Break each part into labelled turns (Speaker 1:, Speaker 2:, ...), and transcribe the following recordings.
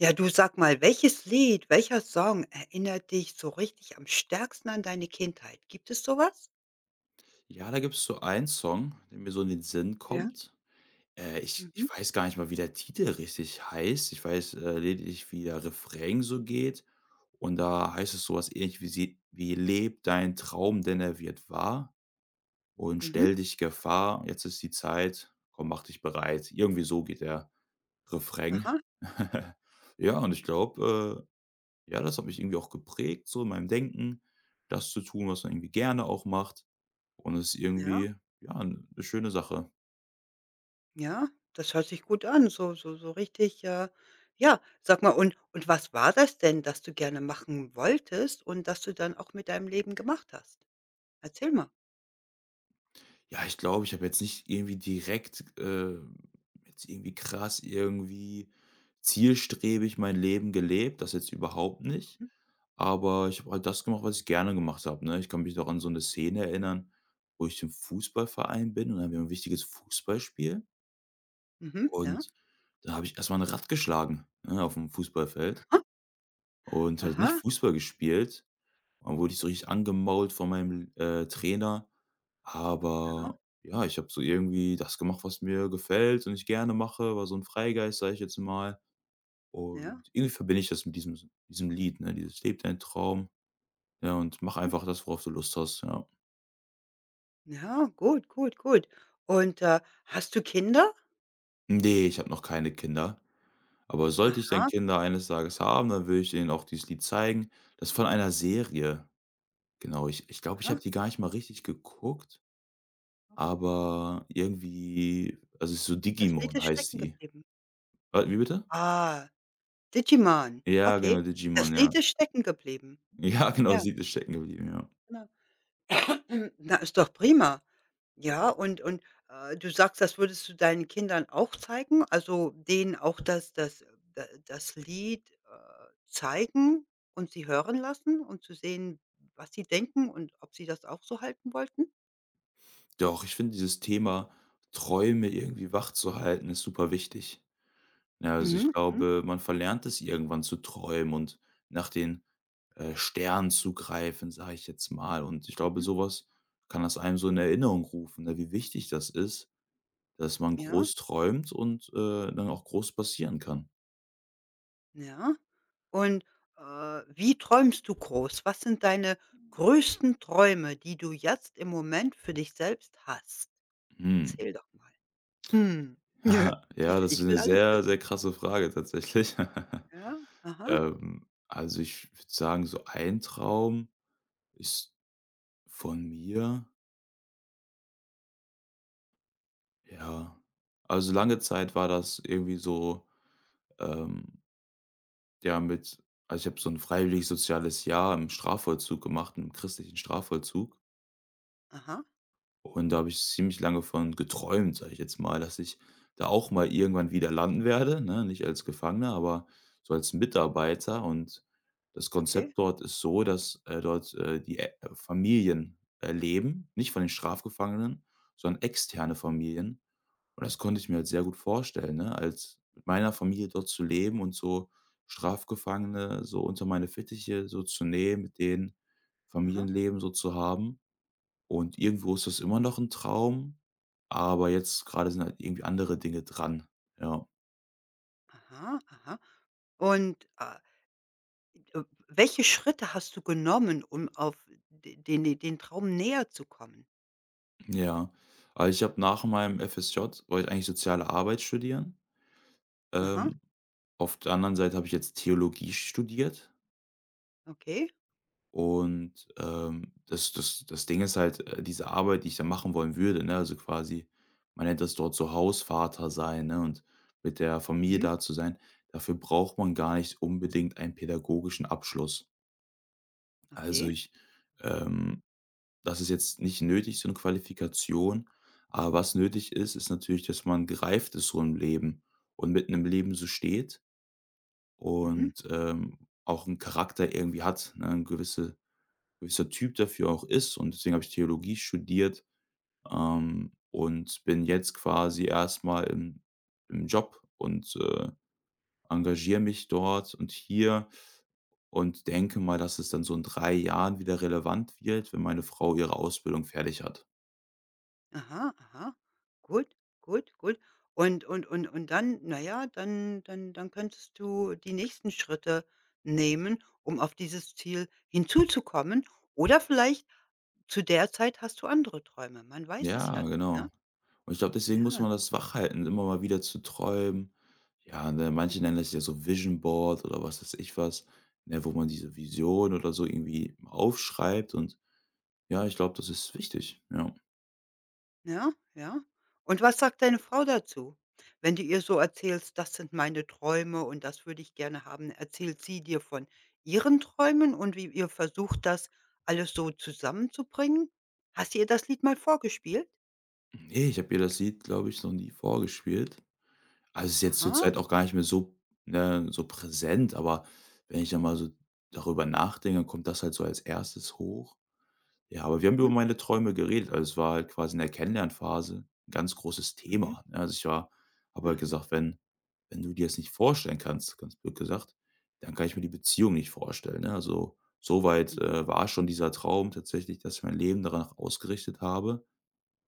Speaker 1: Ja, du sag mal, welches Lied, welcher Song erinnert dich so richtig am stärksten an deine Kindheit? Gibt es so was?
Speaker 2: Ja, da gibt's so einen Song, der mir so in den Sinn
Speaker 1: Ja.
Speaker 2: kommt. Äh, ich
Speaker 1: Mhm,
Speaker 2: ich weiß gar nicht mal, wie der Titel richtig heißt. Ich weiß, lediglich, wie der Refrain so geht. Und da heißt es so was ähnlich wie: „Leb dein Traum, denn er wird wahr und
Speaker 1: mhm,
Speaker 2: stell dich Gefahr. Jetzt ist die Zeit. Komm, mach dich bereit.“ Irgendwie so geht der Refrain.
Speaker 1: aha,
Speaker 2: Ja, und ich glaube, äh ja, das hat mich irgendwie auch geprägt, so in meinem Denken, das zu tun, was man irgendwie gerne auch macht. Und es ist
Speaker 1: ja,
Speaker 2: irgendwie, ja, eine schöne Sache.
Speaker 1: ja, das hört sich gut an, so richtig. Ja, sag mal, und was war das denn, das du gerne machen wolltest und das du dann auch mit deinem Leben gemacht hast? Erzähl mal.
Speaker 2: Ja, ich glaube, ich habe jetzt nicht irgendwie direkt, jetzt irgendwie krass irgendwie zielstrebig mein Leben gelebt, das jetzt überhaupt nicht.
Speaker 1: Mhm,
Speaker 2: Aber ich habe halt das gemacht, was ich gerne gemacht habe, ne? Ich kann mich noch an so eine Szene erinnern, wo ich im Fußballverein bin und dann haben wir ein wichtiges Fußballspiel
Speaker 1: mhm, ja,
Speaker 2: und da habe ich erst mal 'n Rad geschlagen, ne, auf dem Fußballfeld.
Speaker 1: aha,
Speaker 2: Und halt nicht
Speaker 1: aha,
Speaker 2: Fußball gespielt. Dann wurde ich so richtig angemault von meinem, Trainer.
Speaker 1: ja,
Speaker 2: Aber ja, ich habe so irgendwie das gemacht, was mir gefällt und ich gerne mache, war so ein Freigeist, sage ich jetzt mal.
Speaker 1: ja,
Speaker 2: Und irgendwie verbinde ich das mit diesem Lied, ne, dieses: „Lebe dein Traum“, ja, und mach
Speaker 1: mhm,
Speaker 2: einfach das, worauf du Lust hast, ja.
Speaker 1: ja, gut, gut, gut. Und, hast du Kinder?
Speaker 2: Ne, ich habe noch keine Kinder, aber sollte ich dann
Speaker 1: Aha,
Speaker 2: Kinder eines Tages haben, dann würde ich denen auch dieses Lied zeigen. Das ist von einer Serie. Genau, ich glaube, ich habe
Speaker 1: aha.
Speaker 2: die gar nicht mal richtig geguckt. Aber irgendwie also so
Speaker 1: Das Lied
Speaker 2: Digimon
Speaker 1: ist
Speaker 2: heißt
Speaker 1: stecken
Speaker 2: die.
Speaker 1: geblieben.
Speaker 2: Wa wie bitte?
Speaker 1: Ah, Digimon.
Speaker 2: Ja,
Speaker 1: Okay.
Speaker 2: genau,
Speaker 1: Das
Speaker 2: Digimon, ja.
Speaker 1: Lied ist stecken geblieben.
Speaker 2: Ja, genau,
Speaker 1: Ja,
Speaker 2: sie ist stecken geblieben, ja.
Speaker 1: genau. Na, ist doch prima. Ja, und, du sagst, das würdest du deinen Kindern auch zeigen? Also, denen auch das Lied, zeigen und sie hören lassen, und zu sehen, was sie denken und ob sie das auch so halten wollten?
Speaker 2: Doch, ich finde dieses Thema, Träume irgendwie wachzuhalten, ist super wichtig. Ja, also ich
Speaker 1: Mhm, mhm,
Speaker 2: glaube, man verlernt es irgendwann zu träumen und nach den, Sternen zu greifen, sage ich jetzt mal. Und ich glaube,
Speaker 1: mhm.
Speaker 2: sowas kann das einem so in Erinnerung rufen, ne, wie wichtig das ist, dass man
Speaker 1: Ja.
Speaker 2: groß träumt und, dann auch groß passieren kann.
Speaker 1: Ja. Und, äh, wie träumst du groß? Was sind deine größten Träume, die du jetzt im Moment für dich selbst hast?
Speaker 2: Mhm.
Speaker 1: Zähl doch mal. Hm.
Speaker 2: Ja, ja,
Speaker 1: Ich
Speaker 2: das ist
Speaker 1: ich
Speaker 2: eine
Speaker 1: will alles
Speaker 2: sehr,
Speaker 1: wissen.
Speaker 2: sehr krasse Frage tatsächlich.
Speaker 1: Ja, aha,
Speaker 2: Also, ich würde sagen, so ein Traum ist von mir ja, also,
Speaker 1: hm,
Speaker 2: lange Zeit war das irgendwie so, ähm, ja, mit also, ich habe so ein freiwilliges soziales Jahr im Strafvollzug gemacht, im christlichen Strafvollzug.
Speaker 1: aha,
Speaker 2: Und da habe ich ziemlich lange von geträumt, sage ich jetzt mal, dass ich da auch mal irgendwann wieder landen werde, ne? Nicht als Gefangener, aber so als Mitarbeiter. Und das
Speaker 1: okay,
Speaker 2: Konzept dort ist so, dass dort die Ä Familien leben, nicht von den Strafgefangenen, sondern externe Familien. Und das konnte ich mir halt sehr gut vorstellen, ne? Als mit meiner Familie dort zu leben und so Strafgefangene so unter meine Fittiche so zu nehmen, mit denen
Speaker 1: aha,
Speaker 2: Familienleben so zu haben. Und irgendwo ist das immer noch ein Traum, aber jetzt gerade sind halt irgendwie andere Dinge dran. Ja,
Speaker 1: aha, aha. Und, ah, w welche Schritte hast du genommen, um auf de den den Traum näher zu kommen?
Speaker 2: ja. Also, ich habe nach meinem FSJ wollte ich eigentlich Soziale Arbeit studieren.
Speaker 1: Aha,
Speaker 2: Ähm, auf der anderen Seite habe ich jetzt Theologie studiert
Speaker 1: okay.
Speaker 2: und, das Ding ist halt, diese Arbeit, die ich da machen wollen würde, ne, also quasi man nennt das dort so Hausvater sein, ne, und mit der Familie
Speaker 1: Mhm.
Speaker 2: da zu sein, dafür braucht man gar nicht unbedingt einen pädagogischen Abschluss. Also,
Speaker 1: Okay.
Speaker 2: ich ähm, das ist jetzt nicht nötig, so eine Qualifikation, aber was nötig ist, ist natürlich, dass man gereift ist so im Leben und mitten im Leben so steht
Speaker 1: Mhm.
Speaker 2: und, auch einen Charakter irgendwie hat, ne, 'n gewisser Typ dafür auch ist und deswegen habe ich Theologie studiert, und bin jetzt quasi erstmal im Job und, engagiere mich dort und hier und denke mal, dass es dann so in 3 Jahren wieder relevant wird, wenn meine Frau ihre Ausbildung fertig hat.
Speaker 1: Aha, aha. Gut, gut, gut. Und dann, naja, dann könntest du die nächsten Schritte nehmen, um auf dieses Ziel hinzuzukommen oder vielleicht zu der Zeit hast du andere Träume. Man weiß es
Speaker 2: Ja,
Speaker 1: ja nicht, ne?
Speaker 2: genau. Und ich glaube, deswegen muss
Speaker 1: Ja,
Speaker 2: man das
Speaker 1: super.
Speaker 2: wachhalten, immer mal wieder zu träumen. Ja, ne, manche
Speaker 1: Mhm.
Speaker 2: nennen das ja so Vision Board oder was weiß ich was, ne, wo man diese Vision oder so irgendwie aufschreibt und ja, ich glaube, das ist wichtig, ja.
Speaker 1: Ja, ja. Und was sagt deine Frau dazu? Wenn du ihr so erzählst: „Das sind meine Träume und das würde ich gerne haben", erzählt sie dir von ihren Träumen und wie ihr versucht, das alles so zusammenzubringen? Hast du ihr das Lied mal vorgespielt?
Speaker 2: Ne, ich habe ihr das Lied, glaube ich, noch nie vorgespielt. Also, ist jetzt
Speaker 1: Aha,
Speaker 2: zurzeit auch gar nicht mehr so, ne, so präsent, aber wenn ich dann mal so darüber nachdenke, kommt das halt so als erstes hoch. Ja, aber wir haben über
Speaker 1: mhm,
Speaker 2: meine Träume geredet. Also, es war halt quasi in der Kennenlernphase ein ganz großes
Speaker 1: mhm,
Speaker 2: Thema, ne? Also, ich war habe halt
Speaker 1: ja,
Speaker 2: gesagt: „Wenn du dir das nicht vorstellen kannst“, ganz blöd gesagt, „dann kann ich mir die Beziehung nicht vorstellen“, ne? Also, soweit
Speaker 1: mhm,
Speaker 2: war schon dieser Traum tatsächlich, dass ich mein Leben danach ausgerichtet habe.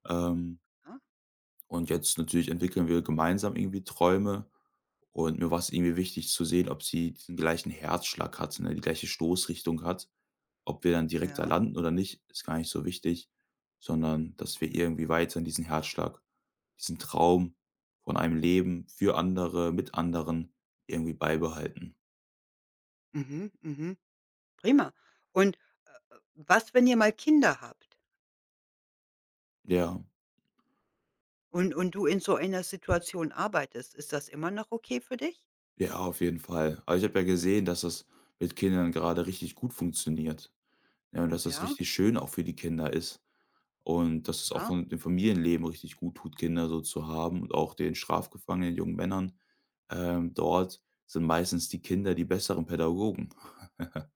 Speaker 2: Ähm
Speaker 1: ja,
Speaker 2: und jetzt natürlich entwickeln wir gemeinsam irgendwie Träume und mir war es irgendwie wichtig zu sehen, ob sie den gleichen Herzschlag hat, ne, die gleiche Stoßrichtung hat. Ob wir dann direkt da
Speaker 1: ja,
Speaker 2: landen oder nicht, ist gar nicht so wichtig, sondern dass wir
Speaker 1: mhm,
Speaker 2: irgendwie weiterhin diesen Herzschlag, diesen Traum von einem Leben für andere, mit anderen irgendwie beibehalten.
Speaker 1: mhm, mhm, prima. Und, was, wenn ihr mal Kinder habt
Speaker 2: Ja,
Speaker 1: und du in so einer Situation arbeitest? Ist das immer noch okay für dich?
Speaker 2: ja, auf jeden Fall. Aber ich habe ja gesehen, dass das mit Kindern gerade richtig gut funktioniert, ja, und dass das
Speaker 1: Ja,
Speaker 2: richtig schön auch für die Kinder ist. Und dass es auch
Speaker 1: ja?
Speaker 2: in dem Familienleben richtig gut tut, Kinder so zu haben und auch den strafgefangenen jungen Männern, dort sind meistens die Kinder die besseren Pädagogen.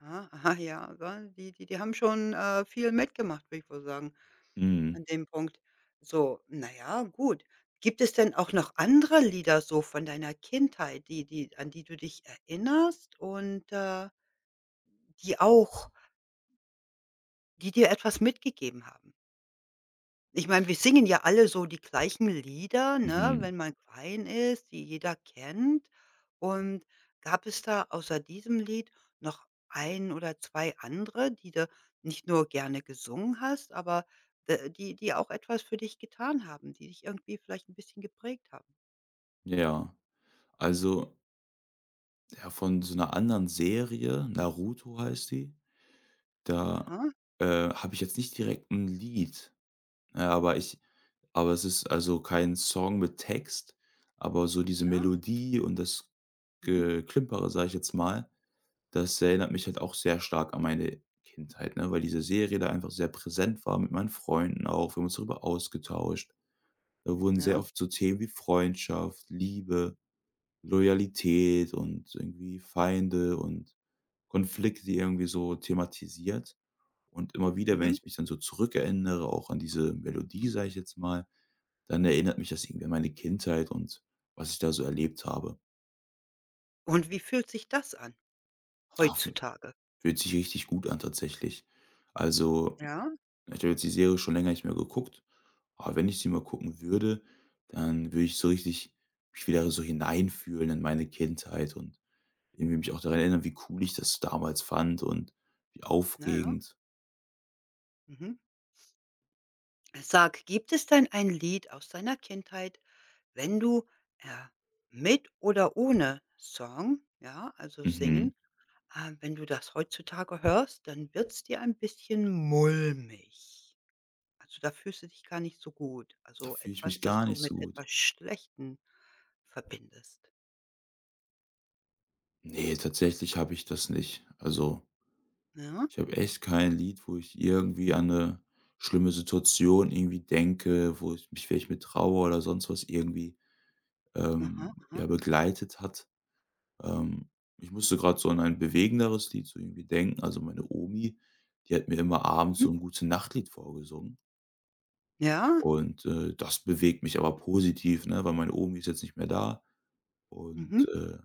Speaker 1: Aha, aha, ja, gell? Die haben schon, viel mitgemacht, würde ich wohl sagen,
Speaker 2: Mhm,
Speaker 1: an dem Punkt. So, na ja, gut. Gibt es denn auch noch andere Lieder so von deiner Kindheit, die du dich erinnerst und, die auch die dir etwas mitgegeben haben? Ich meine, wir singen ja alle so die gleichen Lieder, ne,
Speaker 2: mhm,
Speaker 1: wenn man klein ist, die jeder kennt. Und gab es da außer diesem Lied noch ein oder 2 andere, die du nicht nur gerne gesungen hast, aber, die auch etwas für dich getan haben, die dich irgendwie vielleicht ein bisschen geprägt haben?
Speaker 2: ja. Also, ja, von so einer anderen Serie, Naruto heißt die, da,
Speaker 1: Aha,
Speaker 2: äh, habe ich jetzt nicht direkt ein Lied, ja, aber es ist also kein Song mit Text, aber so diese
Speaker 1: ja,
Speaker 2: Melodie und das
Speaker 1: mhm,
Speaker 2: Geklimpere, sage ich jetzt mal, das erinnert mich halt auch sehr stark an meine Kindheit, ne, weil diese Serie da einfach sehr präsent war mit meinen Freunden auch. Wir haben uns darüber ausgetauscht. Da wurden sehr
Speaker 1: ja,
Speaker 2: oft so Themen wie Freundschaft, Liebe, Loyalität und irgendwie Feinde und Konflikte irgendwie so thematisiert. Und immer wieder, wenn
Speaker 1: mhm.
Speaker 2: ich mich dann so zurückerinnere, auch an diese Melodie, sage ich jetzt mal, dann erinnert mich das irgendwie an meine Kindheit und was ich da so erlebt habe.
Speaker 1: Und wie fühlt sich das an
Speaker 2: Ach,
Speaker 1: heutzutage?
Speaker 2: fühlt sich richtig gut an tatsächlich. Also
Speaker 1: Ja,
Speaker 2: ich habe jetzt die Serie schon länger nicht mehr geguckt, aber wenn ich sie mal gucken würde, dann würde ich so richtig mich wieder so hineinfühlen in meine Kindheit und irgendwie mich auch daran erinnern, wie cool ich das damals fand und wie
Speaker 1: na ja,
Speaker 2: aufregend.
Speaker 1: mhm. Sag, gibt es denn ein Lied aus deiner Kindheit, wenn du, äh, mit oder ohne Song, ja, also
Speaker 2: Mhm.
Speaker 1: Singen, wenn du das heutzutage hörst, dann wird's dir ein bisschen mulmig. Also, da fühlst du dich gar nicht so gut.
Speaker 2: Da
Speaker 1: Also,
Speaker 2: fühle ich mich
Speaker 1: etwas, das
Speaker 2: gar
Speaker 1: du
Speaker 2: nicht
Speaker 1: mit
Speaker 2: so gut.
Speaker 1: etwas Schlechtem verbindest.
Speaker 2: Ne, tatsächlich habe ich das nicht. Also,
Speaker 1: Ja,
Speaker 2: ich habe echt kein Lied, wo ich irgendwie an eine schlimme Situation irgendwie denke, wo ich mich vielleicht mit Trauer oder sonst was irgendwie,
Speaker 1: aha, aha,
Speaker 2: ja, begleitet hat. Ähm, Ich musste gerade so an ein bewegenderes Lied so irgendwie denken. Also, meine Omi, die hat mir immer abends
Speaker 1: mhm.
Speaker 2: so 'n Gute-Nacht-Lied vorgesungen
Speaker 1: Ja,
Speaker 2: und, das bewegt mich aber positiv, ne, weil meine Omi ist jetzt nicht mehr da und,
Speaker 1: mhm.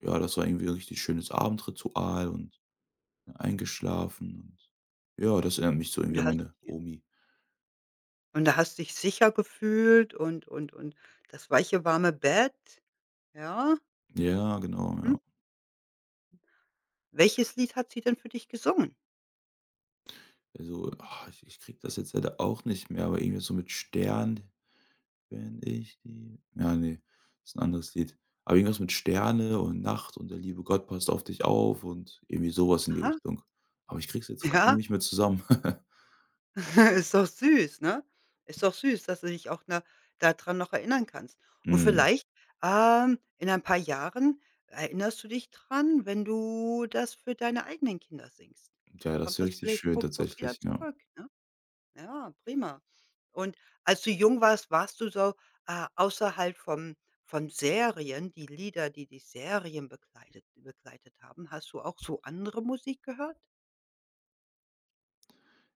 Speaker 2: ja, das war irgendwie 'n richtig schönes Abendritual und ne, eingeschlafen und ja, das erinnert mich so
Speaker 1: Und
Speaker 2: irgendwie
Speaker 1: du
Speaker 2: an
Speaker 1: hast
Speaker 2: meine Omi.
Speaker 1: und da hast dich sicher gefühlt und und das weiche, warme Bett, ja?
Speaker 2: Ja, genau,
Speaker 1: Mhm.
Speaker 2: ja.
Speaker 1: Welches Lied hat sie denn für dich gesungen?
Speaker 2: Also, ich kriege das jetzt leider auch nicht mehr, aber irgendwie so mit Stern wenn ich die ja, ne, ist ein anderes Lied. Aber irgendwas mit Sterne und Nacht und der liebe Gott passt auf dich auf und irgendwie sowas in die
Speaker 1: Aha,
Speaker 2: Richtung. Aber ich kriege es jetzt grad
Speaker 1: ja,
Speaker 2: nicht mehr zusammen.
Speaker 1: ist doch süß, ne? Ist doch süß, dass du dich auch da dran noch erinnern kannst. Und
Speaker 2: Mhm.
Speaker 1: vielleicht, in ein paar Jahren erinnerst du dich dran, wenn du das für deine eigenen Kinder singst.
Speaker 2: Ja,
Speaker 1: Dann
Speaker 2: das
Speaker 1: kommt
Speaker 2: wäre
Speaker 1: das
Speaker 2: richtig
Speaker 1: vielleicht
Speaker 2: schön
Speaker 1: ruckzuck wieder
Speaker 2: tatsächlich, ja.
Speaker 1: zurück, ne? Ja, prima. Und als du jung warst, warst du so, außerhalb vom von Serien, die Lieder, die die Serien begleitet haben, hast du auch so andere Musik gehört?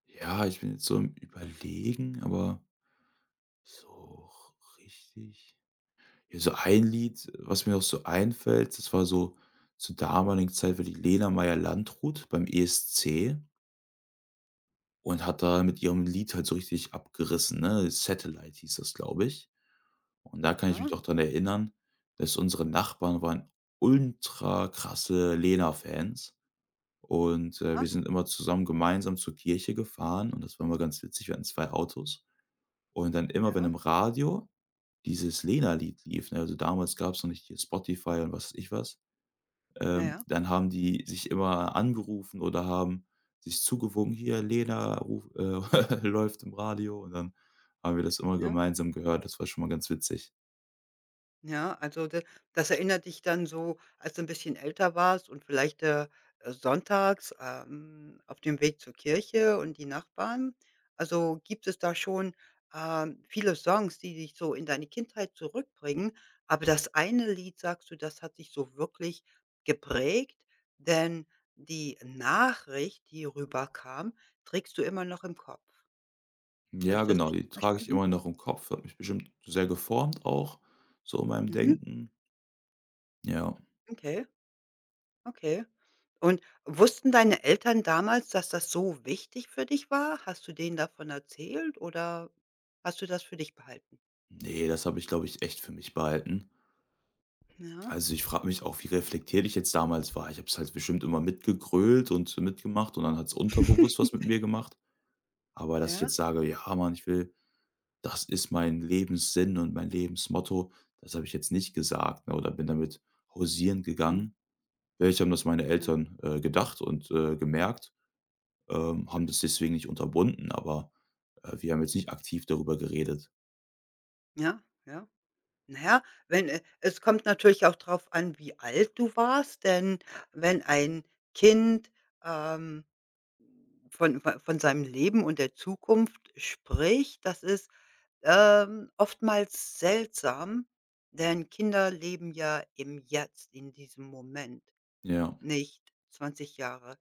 Speaker 2: Ja, ich bin jetzt so im Überlegen, aber so richtig ja, so ein Lied, was mir auch so einfällt, das war so zur damaligen Zeit war die Lena Meyer-Landrut beim ESC. Und hat da mit ihrem Lied halt so richtig abgerissen, ne? „Satellite“ hieß das, glaube ich. Und da kann ich
Speaker 1: Aha,
Speaker 2: mich noch dran erinnern, dass unsere Nachbarn waren ultra krasse Lena-Fans und,
Speaker 1: ah,
Speaker 2: wir sind immer zusammen gemeinsam zur Kirche gefahren und das war immer ganz witzig. Wir hatten 2 Autos und dann immer, wenn
Speaker 1: ja,
Speaker 2: im Radio dieses Lena-Lied lief, ne, also damals gab es noch nicht hier Spotify und was weiß ich was
Speaker 1: ja, ja,
Speaker 2: dann haben die sich immer angerufen oder haben sich zugewunken: „Hier, Lena ruf läuft im Radio.“ Und dann haben wir das immer
Speaker 1: ja.
Speaker 2: gemeinsam gehört. Das war schon mal ganz witzig.
Speaker 1: Ja, also da das erinnert dich dann so, als du ein bisschen älter warst und vielleicht, sonntags, auf dem Weg zur Kirche und die Nachbarn. Also, gibt es da schon, viele Songs, die dich so in deine Kindheit zurückbringen, aber das eine Lied, sagst du, das hat dich so wirklich geprägt, denn die Nachricht, die rüberkam, trägst du immer noch im Kopf. Habe ich
Speaker 2: Ja,
Speaker 1: das
Speaker 2: genau, die
Speaker 1: richtig
Speaker 2: trage ich
Speaker 1: verstanden?
Speaker 2: immer noch im Kopf, hat mich bestimmt sehr geformt auch, so in meinem
Speaker 1: Mhm,
Speaker 2: Denken. Ja.
Speaker 1: okay. Okay. Und wussten deine Eltern damals, dass das so wichtig für dich war? Hast du denen davon erzählt oder hast du das für dich behalten?
Speaker 2: Nee, das habe ich, glaube ich, echt für mich behalten.
Speaker 1: Ja.
Speaker 2: Also, ich frage mich auch, wie reflektiert ich jetzt damals war. Ich habe es halt bestimmt immer mitgegrölt und mitgemacht und dann hat's unterbewusst was mit mir gemacht. Aber dass ich
Speaker 1: Ja.
Speaker 2: jetzt sage: „Ja, Mann, ich will das ist mein Lebenssinn und mein Lebensmotto. Das habe ich jetzt nicht gesagt, ne, oder bin damit hausieren
Speaker 1: Mhm.
Speaker 2: gegangen. Vielleicht haben das meine
Speaker 1: Mhm.
Speaker 2: Eltern, gedacht und, gemerkt, haben das deswegen nicht unterbunden, aber, wir haben jetzt nicht aktiv darüber geredet.
Speaker 1: Ja, ja. Naja, wenn es kommt natürlich auch darauf an, wie alt du warst, denn wenn ein Kind, ähm, von seinem Leben und der Zukunft spricht, das ist oftmals seltsam, denn Kinder leben ja im Jetzt, in diesem Moment,
Speaker 2: Ja.
Speaker 1: nicht 20 Jahre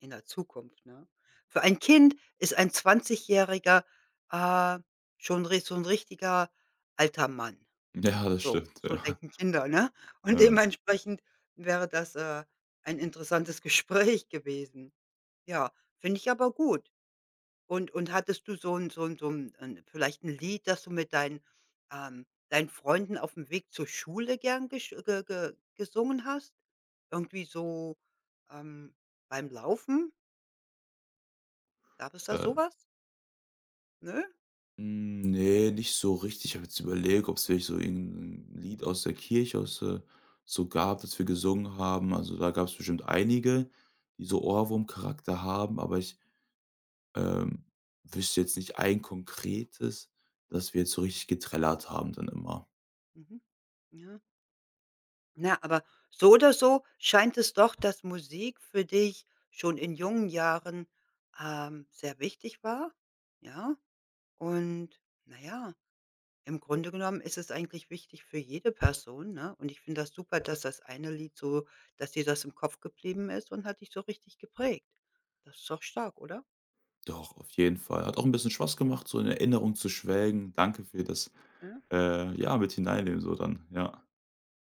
Speaker 1: in der Zukunft, ne? Für ein Kind ist ein Zwanzigjähriger, äh, schon ri so 'n richtiger alter Mann.
Speaker 2: Ja, das
Speaker 1: So
Speaker 2: stimmt,
Speaker 1: so
Speaker 2: ja.
Speaker 1: denken Kinder, ne? Und
Speaker 2: Ja,
Speaker 1: dementsprechend wäre das, ein interessantes Gespräch gewesen. Ja, finde ich aber gut. Und hattest du so ein so ein so ein 'n vielleicht ein Lied, das du mit deinen Freunden auf dem Weg zur Schule gern gesch ge ge gesungen hast? Irgendwie so, ähm, beim Laufen? Gab es da
Speaker 2: äh,
Speaker 1: sowas? Was? Nö?
Speaker 2: ne, nicht so richtig. Ich habe jetzt überlegt, ob es vielleicht so irgend Lied aus der Kirche aus, so gab, das wir gesungen haben. Also, da gab es bestimmt einige, die so Ohrwurm-Charakter haben, aber ich Ähm, wüsste jetzt nicht ein konkretes, dass wir jetzt so richtig getrellert haben dann immer.
Speaker 1: Mhm. Ja. Na, aber so oder so scheint es doch, dass Musik für dich schon in jungen Jahren, sehr wichtig war, ja? Und na ja, im Grunde genommen ist es eigentlich wichtig für jede Person, ne? Und ich finde das super, dass das eine Lied dass dir das im Kopf geblieben ist und hat dich so richtig geprägt. Das ist doch stark, oder?
Speaker 2: Doch, auf jeden Fall. Hat auch 'n bisschen Spaß gemacht, so in Erinnerung zu schwelgen. Danke für das,
Speaker 1: Ja?
Speaker 2: ja, mit hineinnehmen so dann, ja.